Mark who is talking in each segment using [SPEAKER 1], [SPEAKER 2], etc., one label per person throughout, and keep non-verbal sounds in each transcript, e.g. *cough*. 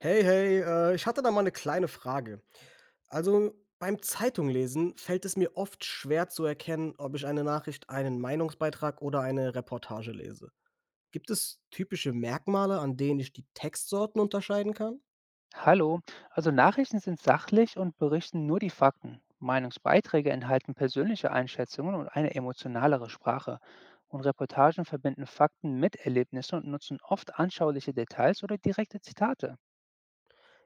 [SPEAKER 1] Hey, hey, ich hatte da mal eine kleine Frage. Also beim Zeitunglesen fällt es mir oft schwer zu erkennen, ob ich eine Nachricht, einen Meinungsbeitrag oder eine Reportage lese. Gibt es typische Merkmale, an denen ich die Textsorten unterscheiden kann?
[SPEAKER 2] Hallo, also Nachrichten sind sachlich und berichten nur die Fakten. Meinungsbeiträge enthalten persönliche Einschätzungen und eine emotionalere Sprache. Und Reportagen verbinden Fakten mit Erlebnissen und nutzen oft anschauliche Details oder direkte Zitate.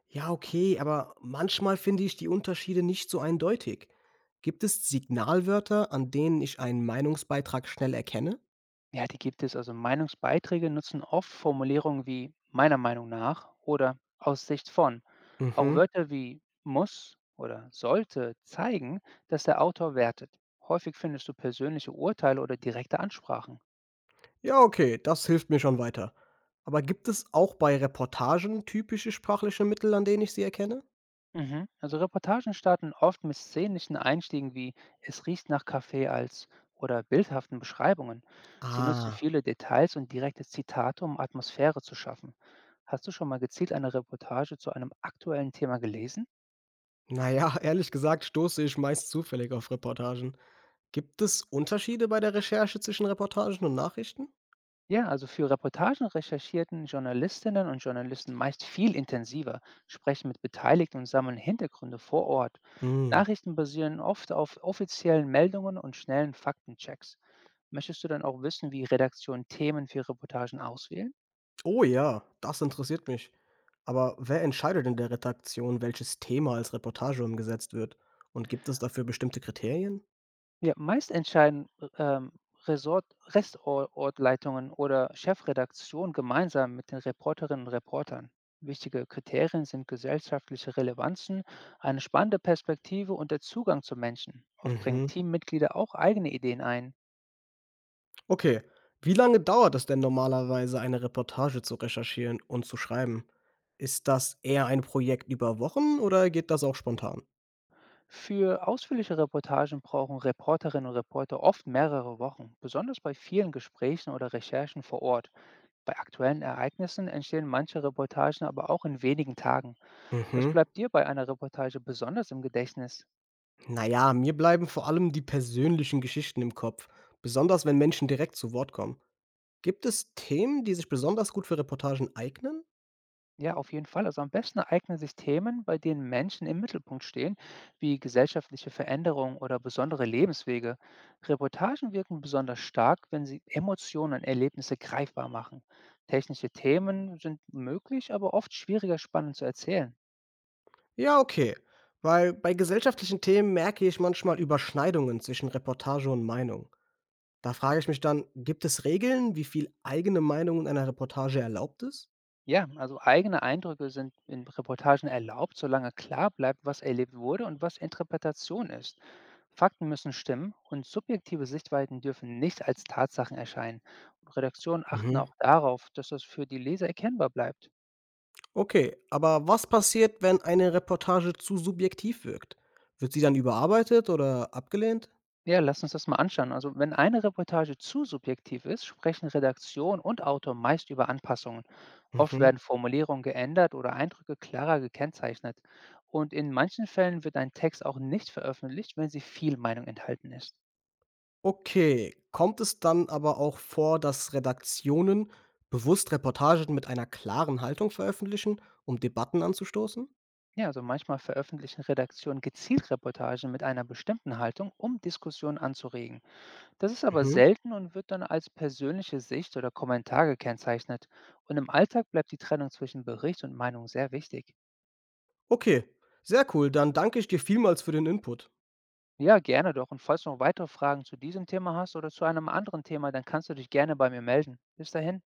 [SPEAKER 1] Ja, okay, aber manchmal finde ich die Unterschiede nicht so eindeutig. Gibt es Signalwörter, an denen ich einen Meinungsbeitrag schnell erkenne?
[SPEAKER 2] Ja, die gibt es. Also Meinungsbeiträge nutzen oft Formulierungen wie meiner Meinung nach oder aus Sicht von. Auch
[SPEAKER 1] Mhm.
[SPEAKER 2] Wörter wie muss oder sollte zeigen, dass der Autor wertet. Häufig findest du persönliche Urteile oder direkte Ansprachen.
[SPEAKER 1] Ja, okay, das hilft mir schon weiter. Aber gibt es auch bei Reportagen typische sprachliche Mittel, an denen ich sie erkenne?
[SPEAKER 2] Mhm. Also Reportagen starten oft mit szenischen Einstiegen wie Es riecht nach Kaffee als oder bildhaften Beschreibungen. Sie nutzen
[SPEAKER 1] Ah,
[SPEAKER 2] viele Details und direkte Zitate, um Atmosphäre zu schaffen. Hast du schon mal gezielt eine Reportage zu einem aktuellen Thema gelesen?
[SPEAKER 1] naja, *laughs* ehrlich gesagt stoße ich meist zufällig auf Reportagen. Gibt es Unterschiede bei der Recherche zwischen Reportagen und Nachrichten?
[SPEAKER 2] Ja, also für Reportagen recherchierten Journalistinnen und Journalisten meist viel intensiver, sprechen mit Beteiligten und sammeln Hintergründe vor Ort.
[SPEAKER 1] Hm.
[SPEAKER 2] Nachrichten basieren oft auf offiziellen Meldungen und schnellen Faktenchecks. Möchtest du dann auch wissen, wie Redaktionen Themen für Reportagen auswählen?
[SPEAKER 1] Oh ja, das interessiert mich. Aber wer entscheidet in der Redaktion, welches Thema als Reportage umgesetzt wird? Und gibt es dafür bestimmte Kriterien?
[SPEAKER 2] Ja, meist entscheiden ähm, Resort Resor Ortleitungen oder Chefredaktion gemeinsam mit den Reporterinnen und Reportern. Wichtige Kriterien sind gesellschaftliche Relevanzen, eine spannende Perspektive und der Zugang zu Menschen. Oft bringen
[SPEAKER 1] Mhm.
[SPEAKER 2] Teammitglieder auch eigene Ideen ein.
[SPEAKER 1] Okay. Wie lange dauert es denn normalerweise, eine Reportage zu recherchieren und zu schreiben? Ist das eher ein Projekt über Wochen oder geht das auch spontan?
[SPEAKER 2] Für ausführliche Reportagen brauchen Reporterinnen und Reporter oft mehrere Wochen, besonders bei vielen Gesprächen oder Recherchen vor Ort. Bei aktuellen Ereignissen entstehen manche Reportagen aber auch in wenigen Tagen. Was
[SPEAKER 1] Mhm.
[SPEAKER 2] bleibt dir bei einer Reportage besonders im Gedächtnis?
[SPEAKER 1] Naja, mir bleiben vor allem die persönlichen Geschichten im Kopf, besonders wenn Menschen direkt zu Wort kommen. Gibt es Themen, die sich besonders gut für Reportagen eignen?
[SPEAKER 2] Ja, auf jeden Fall. Also am besten eignen sich Themen, bei denen Menschen im Mittelpunkt stehen, wie gesellschaftliche Veränderungen oder besondere Lebenswege. Reportagen wirken besonders stark, wenn sie Emotionen und Erlebnisse greifbar machen. Technische Themen sind möglich, aber oft schwieriger spannend zu erzählen.
[SPEAKER 1] Ja, okay. Weil bei gesellschaftlichen Themen merke ich manchmal Überschneidungen zwischen Reportage und Meinung. Da frage ich mich dann, gibt es Regeln, wie viel eigene Meinung in einer Reportage erlaubt ist?
[SPEAKER 2] Ja, also eigene Eindrücke sind in Reportagen erlaubt, solange klar bleibt, was erlebt wurde und was Interpretation ist. Fakten müssen stimmen und subjektive Sichtweiten dürfen nicht als Tatsachen erscheinen. Und Redaktionen achten
[SPEAKER 1] Mhm.
[SPEAKER 2] auch darauf, dass das für die Leser erkennbar bleibt.
[SPEAKER 1] Okay, aber was passiert, wenn eine Reportage zu subjektiv wirkt? Wird sie dann überarbeitet oder abgelehnt?
[SPEAKER 2] Ja, lass uns das mal anschauen. Also, wenn eine Reportage zu subjektiv ist, sprechen Redaktion und Autor meist über Anpassungen. Oft
[SPEAKER 1] Mhm.
[SPEAKER 2] werden Formulierungen geändert oder Eindrücke klarer gekennzeichnet. Und in manchen Fällen wird ein Text auch nicht veröffentlicht, wenn sie viel Meinung enthalten ist.
[SPEAKER 1] Okay, kommt es dann aber auch vor, dass Redaktionen bewusst Reportagen mit einer klaren Haltung veröffentlichen, um Debatten anzustoßen?
[SPEAKER 2] Ja, also manchmal veröffentlichen Redaktionen gezielt Reportagen mit einer bestimmten Haltung, um Diskussionen anzuregen. Das ist aber
[SPEAKER 1] Mhm.
[SPEAKER 2] selten und wird dann als persönliche Sicht oder Kommentar gekennzeichnet. Und im Alltag bleibt die Trennung zwischen Bericht und Meinung sehr wichtig.
[SPEAKER 1] Okay, sehr cool. Dann danke ich dir vielmals für den Input.
[SPEAKER 2] Ja, gerne doch. Und falls du noch weitere Fragen zu diesem Thema hast oder zu einem anderen Thema, dann kannst du dich gerne bei mir melden. Bis dahin.